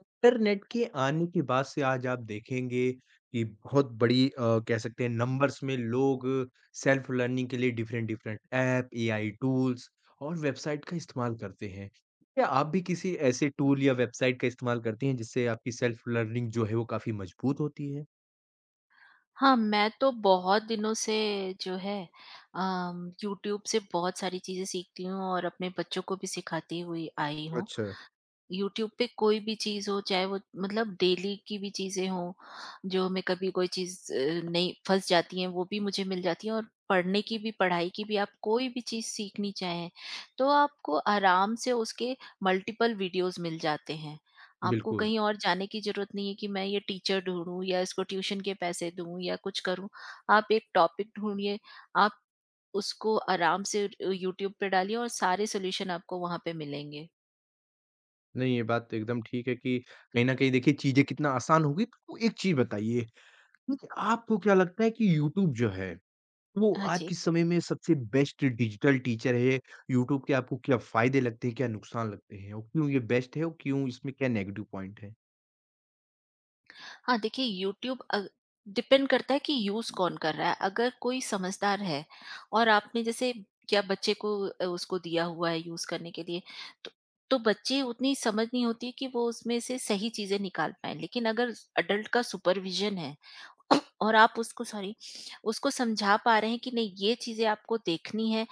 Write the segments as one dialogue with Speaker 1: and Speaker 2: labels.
Speaker 1: Internet के आने के बाद से आज आप देखेंगे कि बहुत बड़ी कह सकते हैं नंबर्स में लोग सेल्फ लर्निंग के लिए different different app, AI tools और वेबसाइट का इस्तेमाल करते हैं। क्या आप भी किसी ऐसे टूल या वेबसाइट का इस्तेमाल करती हैं जिससे आपकी सेल्फ लर्निंग जो है वो काफ़ी मजबूत होती है?
Speaker 2: हाँ, मैं तो बहुत दिनों से जो है यूट्यूब से बहुत सारी चीज़ें सीखती हूँ और अपने बच्चों को भी सिखाती हुई आई हूँ।
Speaker 1: अच्छा,
Speaker 2: यूट्यूब पे कोई भी चीज़ हो, चाहे वो मतलब डेली की भी चीज़ें हों, जो मैं कभी कोई चीज़ नहीं फँस जाती हैं, वो भी मुझे मिल जाती हैं, और पढ़ने की भी, पढ़ाई की भी, आप कोई भी चीज़ सीखनी चाहें, तो आपको आराम से उसके मल्टीपल वीडियोज़ मिल जाते हैं। आपको
Speaker 1: बिल्कुल।
Speaker 2: कहीं और जाने की ज़रूरत नहीं है कि मैं ये टीचर ढूँढूँ या इसको ट्यूशन के पैसे दूँ या कुछ करूँ। आप एक टॉपिक ढूँढिए, आप उसको आराम से यूट्यूब पे डालिए और सारे सॉल्यूशन आपको वहाँ पे मिलेंगे।
Speaker 1: नहीं, ये बात एकदम ठीक है कि कहीं न कहीं देखिए चीज़ें कितना आसान हो गई। तो एक चीज़ बताइए, कि आपको क्या लगता है कि यूट्यूब जो है वो
Speaker 2: हाँ
Speaker 1: आज
Speaker 2: जी।
Speaker 1: के समय में सबसे बेस्ट डिजिटल टीचर है, यूट्यूब के आपको क्या फ़ायदे लगते हैं, क्या नुकसान लगते हैं? और क्यों ये बेस्ट है और क्यों इसमें क्या नेगेटिव पॉइंट है?
Speaker 2: हाँ, देखिए यूट्यूब डिपेंड करता है कि यूज़ कौन कर रहा है। अगर कोई समझदार है, और आपने जैसे क्या बच्चे को उसको दिया हुआ है यूज़ करने के लिए, तो तो बच्चे उतनी समझ नहीं होती कि वो उसमें से सही चीज़ें निकाल पाएँ। लेकिन अगर स अडल्ट का सुपरविज़न है, और आप उसको समझा पा रहे हैं कि नहीं, ये चीज़ें आपको देखनी है,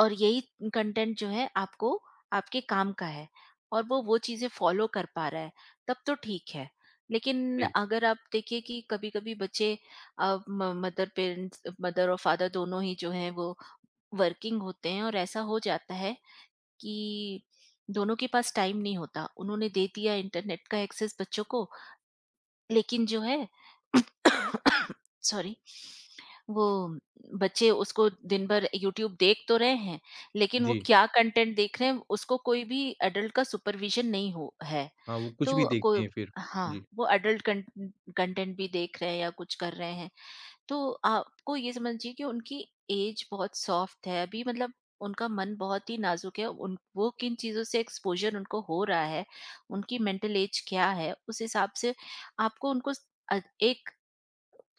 Speaker 2: और यही कंटेंट जो है आपको आपके काम का है, और वो चीज़ें फॉलो कर पा रहा है, तब तो ठीक है। लेकिन
Speaker 1: जी,
Speaker 2: अगर आप देखिए कि कभी-कभी बच्चे, अ, म मदर पेरेंट्स मदर और फादर दोनों ही जो हैं वो वर्किंग होते हैं, और ऐसा हो जाता है कि दोनों के पास टाइम नहीं होता। उन्होंने दे दिया इंटरनेट का एक्सेस बच्चों को, लेकिन जो है सॉरी, वो बच्चे उसको दिन भर यूट्यूब देख तो रहे हैं, लेकिन वो
Speaker 1: जी।
Speaker 2: क्या कंटेंट देख रहे हैं उसको कोई भी एडल्ट का सुपरविज़न नहीं हो है।
Speaker 1: हाँ, वो कुछ भी
Speaker 2: तो को
Speaker 1: देखते हैं फिर।
Speaker 2: हाँ,
Speaker 1: जी,
Speaker 2: वो एडल्ट कंटेंट भी देख रहे हैं या कुछ कर रहे हैं। तो आपको ये समझिए कि उनकी एज बहुत सॉफ्ट है अभी, मतलब उनका मन बहुत ही नाजुक है, उन वो किन चीज़ों से एक्सपोज़र उनको हो रहा है, उनकी मेंटल एज क्या है, उस हिसाब से आपको उनको एक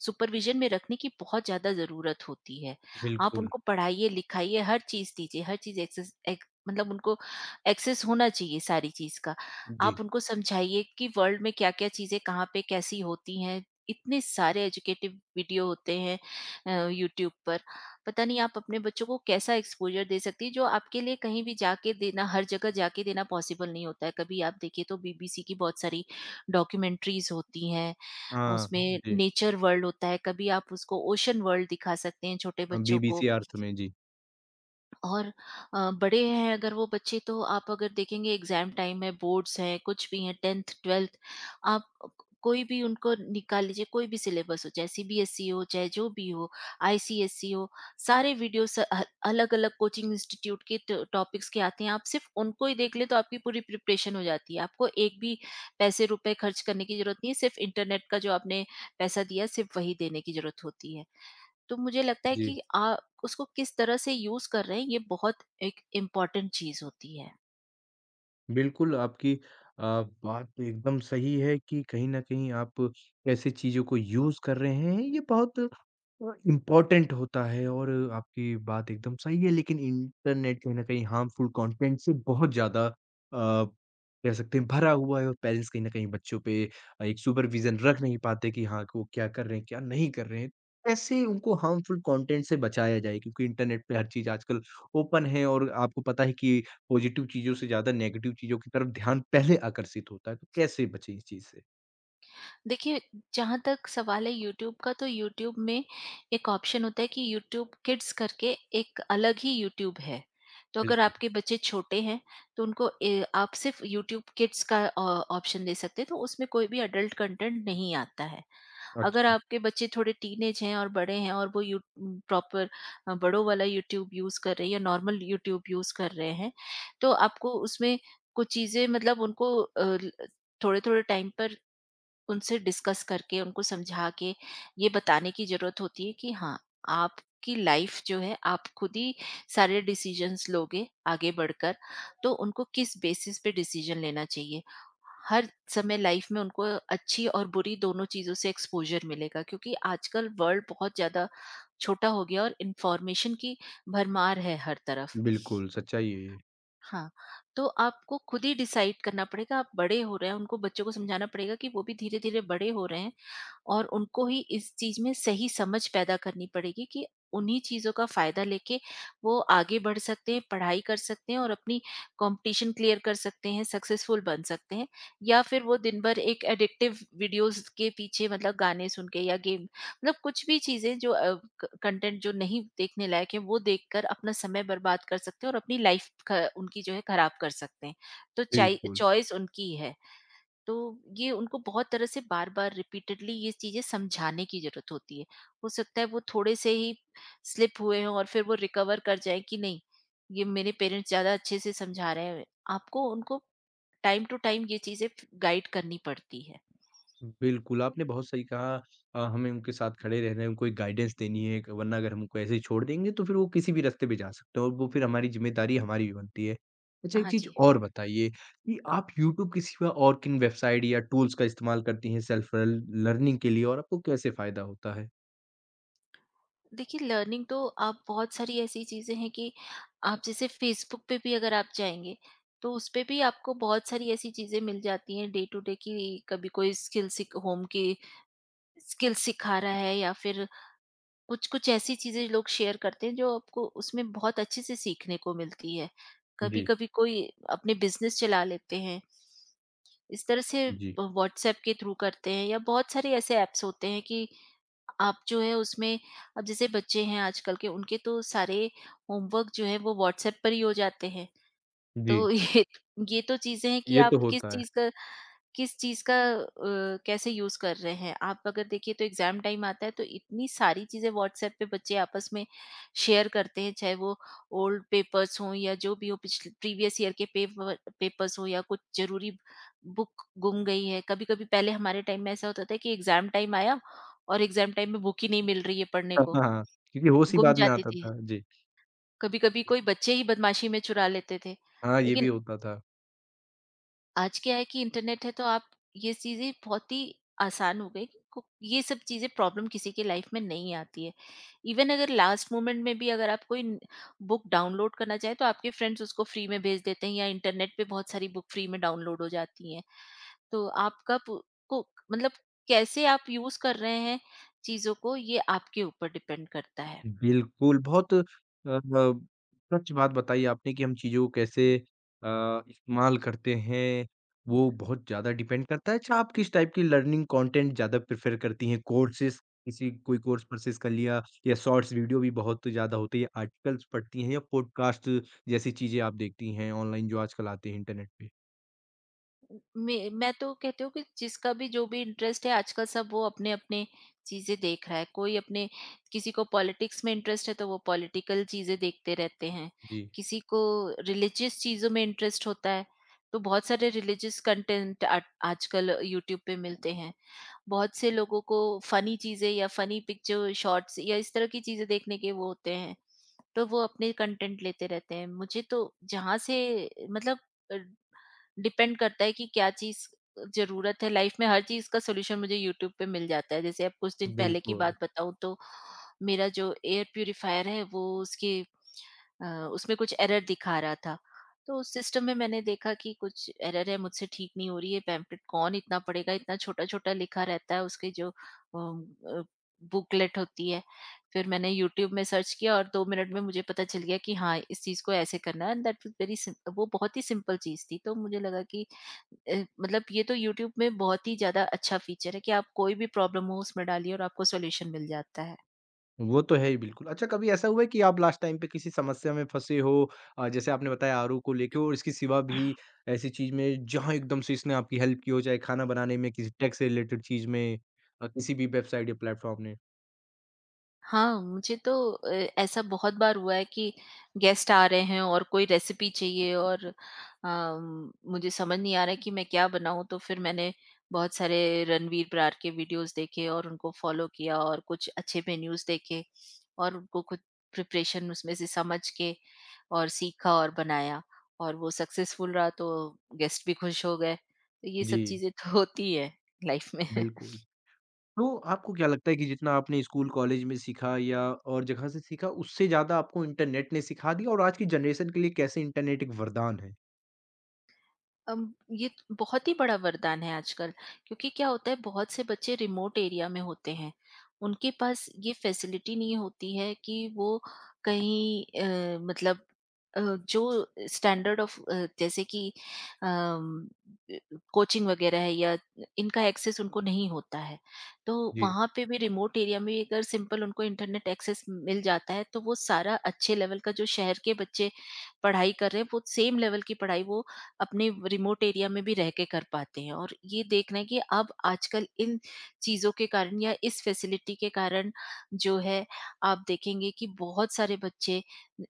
Speaker 2: सुपरविज़न में रखने की बहुत ज़्यादा ज़रूरत होती है। आप
Speaker 1: बिल्कुल।
Speaker 2: उनको पढ़ाइए, लिखाइए, हर चीज़ दीजिए, हर चीज़ एक्सेस एक मतलब उनको एक्सेस होना चाहिए सारी चीज़ का।
Speaker 1: जी,
Speaker 2: आप उनको समझाइए कि वर्ल्ड में क्या-क्या चीज़ें कहाँ पे कैसी होती हैं। इतने सारे एजुकेटिव वीडियो होते हैं यूट्यूब पर। पता नहीं आप अपने बच्चों को कैसा एक्सपोज़र दे सकती हैं, जो आपके लिए कहीं भी जाके देना, हर जगह जाके देना पॉसिबल नहीं होता है। कभी आप देखिए तो बीबीसी की बहुत सारी डॉक्यूमेंट्रीज़ होती हैं,
Speaker 1: हाँ,
Speaker 2: उसमें
Speaker 1: जी।
Speaker 2: नेचर वर्ल्ड होता है, कभी आप उसको ओशन वर्ल्ड दिखा सकते हैं छोटे
Speaker 1: हाँ,
Speaker 2: बच्चों को।
Speaker 1: बीबीसी अर्थ में, जी,
Speaker 2: और बड़े हैं अगर वो बच्चे, तो आप अगर देखेंगे एग्जाम टाइम है, बोर्ड्स हैं, कुछ भी हैं, 10th 12th, आप कोई भी उनको निकाल लीजिए। कोई भी सिलेबस हो, चाहे सीबीएसई हो, चाहे जो भी हो, आईसीएसई हो, सारे वीडियोस अलग अलग कोचिंग इंस्टीट्यूट के टॉपिक्स के आते हैं, आप सिर्फ उनको ही देख ले तो आपकी पूरी प्रिपरेशन हो जाती है। आपको एक भी पैसे रुपए खर्च करने की जरूरत नहीं है, सिर्फ इंटरनेट का जो आपने पैसा दिया सिर्फ वही देने की जरूरत होती है। तो मुझे लगता है
Speaker 1: जी।
Speaker 2: कि उसको किस तरह से यूज कर रहे हैं, ये बहुत एक इम्पोर्टेंट चीज होती है।
Speaker 1: बिल्कुल, आपकी अ, बात तो एकदम सही है कि कहीं न कहीं आप कैसे चीज़ों को यूज़ कर रहे हैं, ये बहुत इम्पोर्टेंट होता है और आपकी बात एकदम सही है। लेकिन इंटरनेट कहीं न कहीं हार्मफुल कंटेंट से बहुत ज़्यादा कह सकते हैं भरा हुआ है और पेरेंट्स कहीं न कहीं बच्चों पे एक सुपरविज़न रख नहीं पाते कि हाँ, कि वो क्या कर रहे हैं, क्या नहीं कर रहे हैं। कैसे उनको हार्मफुल कंटेंट से बचाया जाए? क्योंकि इंटरनेट पे हर चीज़ आजकल ओपन है और आपको पता है कि पॉजिटिव चीज़ों से ज़्यादा नेगेटिव चीज़ों की तरफ ध्यान पहले आकर्षित होता है, तो कैसे बचें इस चीज़ से?
Speaker 2: देखिए, जहाँ तक सवाल है यूट्यूब का, तो यूट्यूब में एक ऑप्शन होता है कि यूट्यूब किड्स करके एक अलग ही यूट्यूब है। तो अगर
Speaker 1: बिल्कुल,
Speaker 2: आपके बच्चे छोटे हैं तो उनको ए आप सिर्फ़ यूट्यूब किड्स का ऑ ऑप्शन दे सकते हैं, तो उसमें कोई भी एडल्ट कंटेंट नहीं आता है। अगर
Speaker 1: अच्छा,
Speaker 2: आपके बच्चे थोड़े टीनेज हैं और बड़े हैं, और वो यू प्रॉपर बड़ों वाला यूट्यूब यूज़ कर रहे हैं या नॉर्मल यूट्यूब यूज़ कर रहे हैं, तो आपको उसमें कुछ चीज़ें, मतलब उनको अ, ल थोड़े-थोड़े टाइम पर उनसे डिस्कस करके, उनको समझा के ये बताने की ज़रूरत होती है कि हाँ, आपकी लाइफ़ जो है आप खुद ही सारे डिसीज़न्स लोगे आगे बढ़कर, तो उनको किस बेसिस पे डिसीज़न लेना चाहिए। हर समय लाइफ़ में उनको अच्छी और बुरी दोनों चीज़ों से एक्सपोज़र मिलेगा, क्योंकि आजकल वर्ल्ड बहुत ज़्यादा छोटा हो गया और इन्फॉर्मेशन की भरमार है हर तरफ।
Speaker 1: बिल्कुल, सच्चाई है ये।
Speaker 2: हाँ, तो आपको खुद ही डिसाइड करना पड़ेगा, आप बड़े हो रहे हैं, उनको बच्चों को समझाना पड़ेगा कि वो भी धीरे-धीरे बड़े हो रहे हैं। और उनको ही इस चीज़ में सही समझ पैदा करनी पड़ेगी, कि उन्हीं चीज़ों का फ़ायदा लेके वो आगे बढ़ सकते हैं, पढ़ाई कर सकते हैं और अपनी कॉम्पिटिशन क्लियर कर सकते हैं, सक्सेसफुल बन सकते हैं, या फिर वो दिन भर एक एडिक्टिव वीडियोज़ के पीछे, मतलब गाने सुन के या गेम, मतलब कुछ भी चीज़ें जो अ, क कंटेंट जो नहीं देखने लायक है, वो देखकर अपना समय बर्बाद कर सकते हैं और अपनी लाइफ़ ख उनकी जो है ख़राब कर सकते हैं। तो चाइ
Speaker 1: बिल्कुल,
Speaker 2: चॉइस उनकी ही है। तो ये उनको बहुत तरह से बार-बार रिपीटेडली ये चीज़ें समझाने की ज़रूरत होती है। हो सकता है वो थोड़े से ही स्लिप हुए हों और फिर वो रिकवर कर जाएँ कि नहीं, ये मेरे पेरेंट्स ज़्यादा अच्छे से समझा रहे हैं। आपको उनको टाइम टू टाइम ये चीज़ें फ गाइड करनी पड़ती है।
Speaker 1: बिल्कुल, आपने बहुत सही कहा हमें उनके साथ खड़े रहना है, उनको एक गाइडेंस देनी है, वरना अगर हम उनको ऐसे ही छोड़ देंगे तो फिर वो किसी भी रास्ते पे जा सकते हैं और वो फिर हमारी ज़िम्मेदारी हमारी भी बनती है। अच्छा एक
Speaker 2: हाँ
Speaker 1: चीज़
Speaker 2: जी।
Speaker 1: और बताइए कि आप यूट्यूब के सिवा और किन वेबसाइट या टूल्स का इस्तेमाल करती हैं सेल्फ लर्निंग के लिए और आपको कैसे फ़ायदा होता है?
Speaker 2: देखिए लर्निंग तो आप बहुत सारी ऐसी चीज़ें हैं कि आप जैसे फ़ेसबुक पे भी अगर आप जाएँगे, तो उस पे भी आपको बहुत सारी ऐसी चीज़ें मिल जाती हैं डे टू डे की, कभी कोई स्किल सीख, होम की स्किल सिखा रहा है, या फिर कुछ-कुछ ऐसी चीज़ें लोग शेयर करते हैं जो आपको उसमें बहुत अच्छे से सीखने को मिलती है।
Speaker 1: जी,
Speaker 2: कभी-कभी कोई अपने बिज़नेस चला लेते हैं। इस तरह से
Speaker 1: जी,
Speaker 2: व व्हाट्सऐप के थ्रू करते हैं, या बहुत सारे ऐसे ऐप्स होते हैं कि आप जो है उसमें, अब जैसे बच्चे हैं आजकल के, उनके तो सारे होमवर्क जो है वो व्हाट्सऐप पर ही हो जाते हैं।
Speaker 1: जी,
Speaker 2: तो ये तो चीज़ें हैं कि
Speaker 1: ये तो
Speaker 2: आप किस
Speaker 1: होता है।
Speaker 2: चीज़ का किस चीज़ का कैसे यूज़ कर रहे हैं। आप अगर देखिए तो एग्ज़ाम टाइम आता है तो इतनी सारी चीज़ें व्हाट्सएप पे बच्चे आपस में शेयर करते हैं, चाहे वो ओल्ड पेपर्स हों या जो भी हो पिछले प्रीवियस ईयर के पेपर्स हों, या कुछ ज़रूरी बुक गुम गई है। कभी-कभी पहले हमारे टाइम में ऐसा होता था कि एग्ज़ाम टाइम आया और एग्ज़ाम टाइम में बुक ही नहीं मिल रही है पढ़ने
Speaker 1: हाँ,
Speaker 2: को,
Speaker 1: हाँ। क्योंकि होश ही
Speaker 2: गुम
Speaker 1: बाद में
Speaker 2: जाती
Speaker 1: आता
Speaker 2: थी।
Speaker 1: था। जी।
Speaker 2: कभी-कभी कोई बच्चे ही बदमाशी में चुरा लेते थे।
Speaker 1: हाँ, ये भी
Speaker 2: लेकिन
Speaker 1: होता था।
Speaker 2: आज क्या है कि इंटरनेट है, तो आप ये चीज़ें बहुत ही आसान हो गई, कि को ये सब चीज़ें, प्रॉब्लम किसी की लाइफ में नहीं आती है। इवन अगर लास्ट मोमेंट में भी अगर आप कोई न बुक डाउनलोड करना चाहें तो आपके फ्रेंड्स उसको फ्री में भेज देते हैं, या इंटरनेट पे बहुत सारी बुक फ्री में डाउनलोड हो जाती हैं। तो आपका पु को मतलब कैसे आप यूज़ कर रहे हैं चीज़ों को, ये आपके ऊपर डिपेंड करता है।
Speaker 1: बिल्कुल, बहुत सच बात बताई आपने कि हम चीज़ों को कैसे इस्तेमाल करते हैं, वो बहुत ज़्यादा डिपेंड करता है। अच्छा, आप किस टाइप की लर्निंग कंटेंट ज़्यादा प्रेफ़र करती हैं? कोर्सेज़ किसी कोई कोर्स परचेज़ कर लिया या शॉर्ट्स वीडियो भी बहुत ज़्यादा होती है, आर्टिकल्स पढ़ती हैं या पॉडकास्ट जैसी चीज़ें आप देखती हैं ऑनलाइन जो आजकल आते हैं इंटरनेट पे?
Speaker 2: मैं तो कहती हूँ कि जिसका भी जो भी इंटरेस्ट है आजकल, सब वो अपने-अपने चीज़ें देख रहा है। कोई अपने किसी को पॉलिटिक्स में इंटरेस्ट है तो वो पॉलिटिकल चीज़ें देखते रहते हैं।
Speaker 1: जी,
Speaker 2: किसी को रिलिजियस चीज़ों में इंटरेस्ट होता है, तो बहुत सारे रिलिजियस कंटेंट आ आजकल यूट्यूब पे मिलते हैं। बहुत से लोगों को फनी चीज़ें या फनी पिक्चर शॉर्ट्स या इस तरह की चीज़ें देखने के वो होते हैं, तो वो अपने कंटेंट लेते रहते हैं। मुझे तो जहाँ से मतलब अ डिपेंड करता है कि क्या चीज़ ज़रूरत है लाइफ में, हर चीज़ का सॉल्यूशन मुझे यूट्यूब पे मिल जाता है। जैसे अब कुछ दिन पहले की
Speaker 1: बिल्कुल।
Speaker 2: बात बताऊँ, तो मेरा जो एयर प्यूरीफायर है वो अ, उसमें कुछ एरर दिखा रहा था। तो उस सिस्टम में मैंने देखा कि कुछ एरर है, मुझसे ठीक नहीं हो रही है, पैम्पलेट कौन इतना पढ़ेगा? इतना छोटा-छोटा लिखा रहता है, उसके जो अम, अ, बुकलेट होती है। फिर मैंने यूट्यूब में सर्च किया और 2 मिनट में मुझे पता चल गया कि हाँ, इस चीज़ को ऐसे करना है। And that was very sim वो बहुत ही सिंपल चीज़ थी। तो मुझे लगा कि अ, मतलब ये तो यूट्यूब में बहुत ही ज़्यादा अच्छा फीचर है कि आप कोई भी प्रॉब्लम हो, उसमें डालिए और आपको सॉल्यूशन मिल जाता है।
Speaker 1: वो तो है ही बिल्कुल। अच्छा कभी ऐसा हुआ है कि आप लास्ट टाइम पे किसी समस्या में फँसे हो जैसे आपने बताया आरओ को लेके और इसके सिवा भी ऐसी चीज़ में जहाँ एकदम से इसने आपकी हेल्प की हो, चाहे खाना बनाने में, किसी टेक से रिलेटेड चीज़ में किसी भी वेबसाइट या प्लेटफ़ॉर्म ने?
Speaker 2: हाँ, मुझे तो ऐसा बहुत बार हुआ है कि गेस्ट आ रहे हैं और कोई रेसिपी चाहिए और मुझे समझ नहीं आ रहा है कि मैं क्या बनाऊँ। तो फिर मैंने बहुत सारे रणवीर बरार के वीडियोज़ देखे और उनको फ़ॉलो किया और कुछ अच्छे मेन्यूज़ देखे और उनको खुद प्रिपरेशन उसमें से समझ के और सीखा और बनाया और वो सक्सेसफुल रहा। तो गेस्ट भी खुश हो गए। तो ये सब
Speaker 1: जी,
Speaker 2: चीज़ें तो होती है लाइफ में।
Speaker 1: बिल्कुल। तो आपको क्या लगता है कि जितना आपने स्कूल, कॉलेज में सीखा या और जगह से सीखा, उससे ज़्यादा आपको इंटरनेट ने सिखा दिया और आज की जनरेशन के लिए कैसे इंटरनेट एक वरदान है?
Speaker 2: बहुत ही बड़ा वरदान है आजकल, क्योंकि क्या होता है बहुत से बच्चे रिमोट एरिया में होते हैं। उनके पास ये फैसिलिटी नहीं होती है कि वो कहीं मतलब अ, जो स्टैंडर्ड ऑफ जैसे कि कोचिंग वगैरह है या इनका एक्सेस उनको नहीं होता है। तो
Speaker 1: जी,
Speaker 2: वहाँ पे भी, रिमोट एरिया में भी अगर सिंपल उनको इंटरनेट एक्सेस मिल जाता है तो वो सारा अच्छे लेवल का जो शहर के बच्चे पढ़ाई कर रहे हैं वो सेम लेवल की पढ़ाई वो अपने रिमोट एरिया में भी रह के कर पाते हैं। और ये देखना है कि अब आजकल इन चीज़ों के कारण या इस फैसिलिटी के कारण जो है, आप देखेंगे कि बहुत सारे बच्चे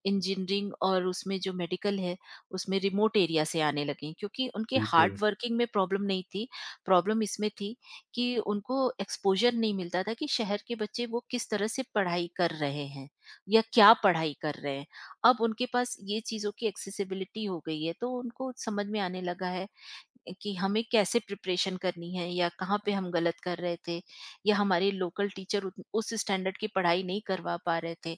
Speaker 2: इंजीनियरिंग और उसमें जो मेडिकल है, उसमें रिमोट एरिया से आने लगे हैं। क्योंकि उनके हार्ड
Speaker 1: बिल्कुल।
Speaker 2: वर्किंग में प्रॉब्लम नहीं थी, प्रॉब्लम इसमें थी कि उनको एक्सपोजर नहीं मिलता था कि शहर के बच्चे वो किस तरह से पढ़ाई कर रहे हैं या क्या पढ़ाई कर रहे हैं। अब उनके पास ये चीज़ों की एक्सेसिबिलिटी हो गई है, तो उनको समझ में आने लगा है कि हमें कैसे प्रिपरेशन करनी है या कहाँ पे हम गलत कर रहे थे या हमारे लोकल टीचर उत उस स्टैंडर्ड की पढ़ाई नहीं करवा पा रहे थे।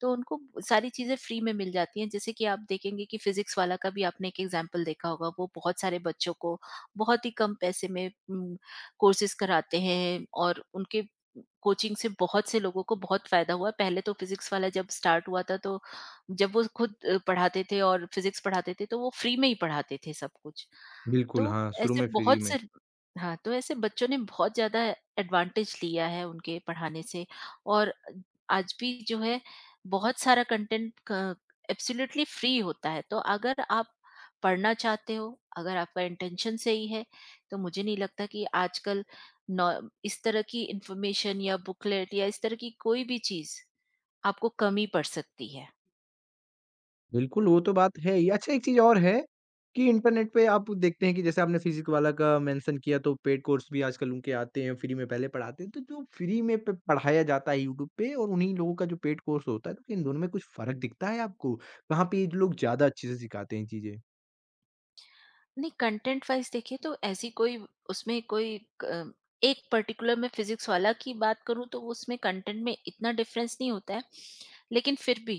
Speaker 2: तो उनको सारी चीज़ें फ्री में मिल जाती हैं। जैसे कि आप देखेंगे कि फ़िज़िक्स वाला का भी आपने एक एग्ज़ाम्पल देखा होगा, वो बहुत सारे बच्चों को बहुत ही कम पैसे में कोर्सेज़ कराते हैं, और उनके कोचिंग से बहुत से लोगों को बहुत फ़ायदा हुआ। पहले तो फ़िज़िक्स वाला जब स्टार्ट हुआ था, तो जब वो खुद पढ़ाते थे और फ़िज़िक्स पढ़ाते थे, तो वो फ्री में ही पढ़ाते थे सब कुछ।
Speaker 1: बिल्कुल,
Speaker 2: तो
Speaker 1: हाँ, शुरू
Speaker 2: ऐसे
Speaker 1: में फ्री
Speaker 2: बहुत
Speaker 1: में।
Speaker 2: से, हाँ, तो ऐसे बच्चों ने बहुत ज़्यादा एडवांटेज लिया है उनके पढ़ाने से। और आज भी जो है, बहुत सारा कंटेंट क एब्सोल्युटली फ्री होता है। तो अगर आप पढ़ना चाहते हो, अगर आपका इंटेंशन सही है, तो मुझे नहीं लगता कि आजकल नॉ इस तरह की इन्फॉर्मेशन या बुकलेट या इस तरह की कोई भी चीज़ आपको कमी पड़ सकती है।
Speaker 1: बिल्कुल, वो तो बात है ही। अच्छा एक चीज़ और है कि इंटरनेट पे आप देखते हैं कि जैसे आपने फ़िज़िक वाला का मेंशन किया तो पेड कोर्स भी आजकल उनके आते हैं, फ्री में पहले पढ़ाते हैं। तो जो फ्री में प पढ़ाया जाता है यूट्यूब पे और उन्हीं लोगों का जो पेड कोर्स होता है, तो इन दोनों में कुछ फ़र्क दिखता है आपको? कहाँ पे ये लोग ज़्यादा अच्छे से सिखाते हैं चीज़ें?
Speaker 2: नहीं, कंटेंट वाइज़ देखिए तो ऐसी कोई, उसमें कोई क एक पर्टिकुलर, मैं फिज़िक्स वाला की बात करूँ तो उसमें कंटेंट में इतना डिफ़रेंस नहीं होता है। लेकिन फिर भी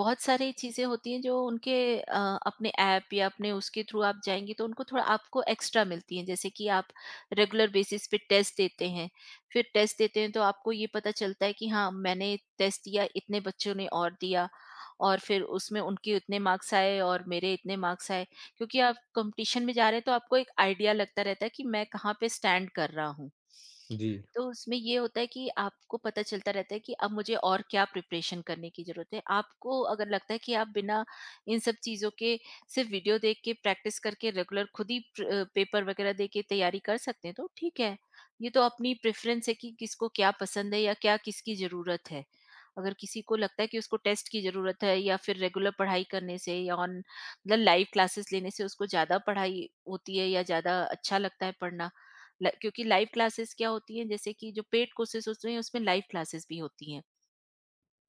Speaker 2: बहुत सारी चीज़ें होती हैं जो उनके अपने ऐप या अपने उसके थ्रू आप जाएँगे तो उनको थोड़ा आपको एक्स्ट्रा मिलती हैं। जैसे कि आप रेगुलर बेसिस पे टेस्ट देते हैं, फिर टेस्ट देते हैं तो आपको ये पता चलता है कि हाँ, मैंने टेस्ट दिया, इतने बच्चों ने और दिया और फिर उसमें उनके इतने मार्क्स आए और मेरे इतने मार्क्स आए। क्योंकि आप कंपटीशन में जा रहे हैं, तो आपको एक आइडिया लगता रहता है कि मैं कहाँ पे स्टैंड कर रहा हूँ।
Speaker 1: जी,
Speaker 2: तो उसमें ये होता है कि आपको पता चलता रहता है कि अब मुझे और क्या प्रिपरेशन करने की ज़रूरत है। आपको अगर लगता है कि आप बिना इन सब चीज़ों के सिर्फ़ वीडियो देख के, प्रैक्टिस करके, रेगुलर खुद ही पेपर वग़ैरह दे के तैयारी कर सकते हैं तो ठीक है। ये तो अपनी प्रेफ़रेंस है कि किसको क्या पसंद है या क्या किसकी ज़रूरत है। अगर किसी को लगता है कि उसको टेस्ट की ज़रूरत है या फिर रेगुलर पढ़ाई करने से या ऑन मतलब लाइव क्लासेस लेने से उसको ज़्यादा पढ़ाई होती है या ज़्यादा अच्छा लगता है पढ़ना। क्योंकि लाइव क्लासेस क्या होती हैं, जैसे कि जो पेड कोर्सेज होते हैं उसमें लाइव क्लासेस भी होती हैं,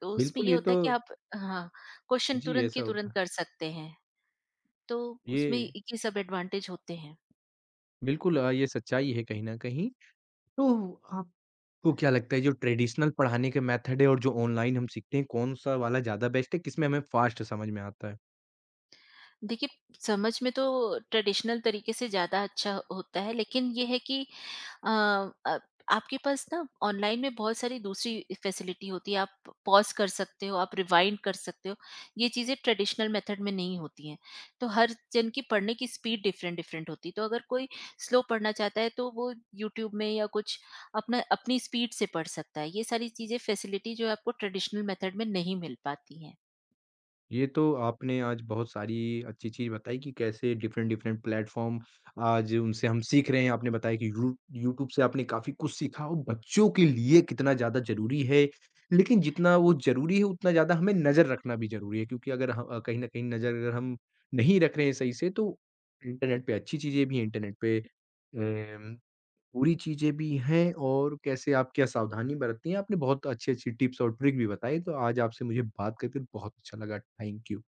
Speaker 2: तो उसमें
Speaker 1: बिल्कुल
Speaker 2: ये
Speaker 1: ये
Speaker 2: होता
Speaker 1: तो
Speaker 2: है कि आप, हाँ, क्वेश्चन
Speaker 1: जी,
Speaker 2: तुरंत
Speaker 1: ऐसा
Speaker 2: के
Speaker 1: होता
Speaker 2: तुरंत
Speaker 1: है।
Speaker 2: कर सकते हैं। तो उसमें
Speaker 1: ये
Speaker 2: ये सब एडवांटेज होते हैं।
Speaker 1: बिल्कुल ये सच्चाई है कहीं न कहीं। तो आप आपको क्या लगता है जो ट्रेडिशनल पढ़ाने के मेथड है और जो ऑनलाइन हम सीखते हैं कौन-सा वाला ज़्यादा बेस्ट है? किसमें हमें फास्ट समझ में आता है?
Speaker 2: देखिए, समझ में तो ट्रेडिशनल तरीके से ज़्यादा अच्छा होता है, लेकिन ये है कि अ, अ, आपके पास ना ऑनलाइन में बहुत सारी दूसरी फैसिलिटी होती है, आप पॉज़ कर सकते हो, आप रिवाइंड कर सकते हो, ये चीज़ें ट्रेडिशनल मेथड में नहीं होती हैं। तो हर जन की पढ़ने की स्पीड डिफरेंट-डिफरेंट होती है, तो अगर कोई स्लो पढ़ना चाहता है, तो वो यूट्यूब में या कुछ अपना अपनी स्पीड से पढ़ सकता है। ये सारी चीज़ें फैसिलिटी जो है आपको ट्रेडिशनल मेथड में नहीं मिल पाती हैं।
Speaker 1: ये तो आपने आज बहुत सारी अच्छी चीज़ बताई कि कैसे डिफरेंट डिफरेंट प्लेटफ़ॉर्म आज उनसे हम सीख रहे हैं। आपने बताया कि यू यूट्यूब से आपने काफ़ी कुछ सीखा और बच्चों के लिए कितना ज़्यादा ज़रूरी है। लेकिन जितना वो ज़रूरी है उतना ज़्यादा हमें नज़र रखना भी ज़रूरी है क्योंकि अगर कहीं न कहीं नज़र अगर हम नहीं रख रहे हैं सही से तो इंटरनेट पे अच्छी चीज़ें भी हैं, इंटरनेट पे अम पूरी चीज़ें भी हैं और कैसे आप क्या सावधानी बरतती हैं, आपने बहुत अच्छी-अच्छी टिप्स और ट्रिक भी बताई, तो आज आपसे मुझे बात करके बहुत अच्छा लगा। Thank you.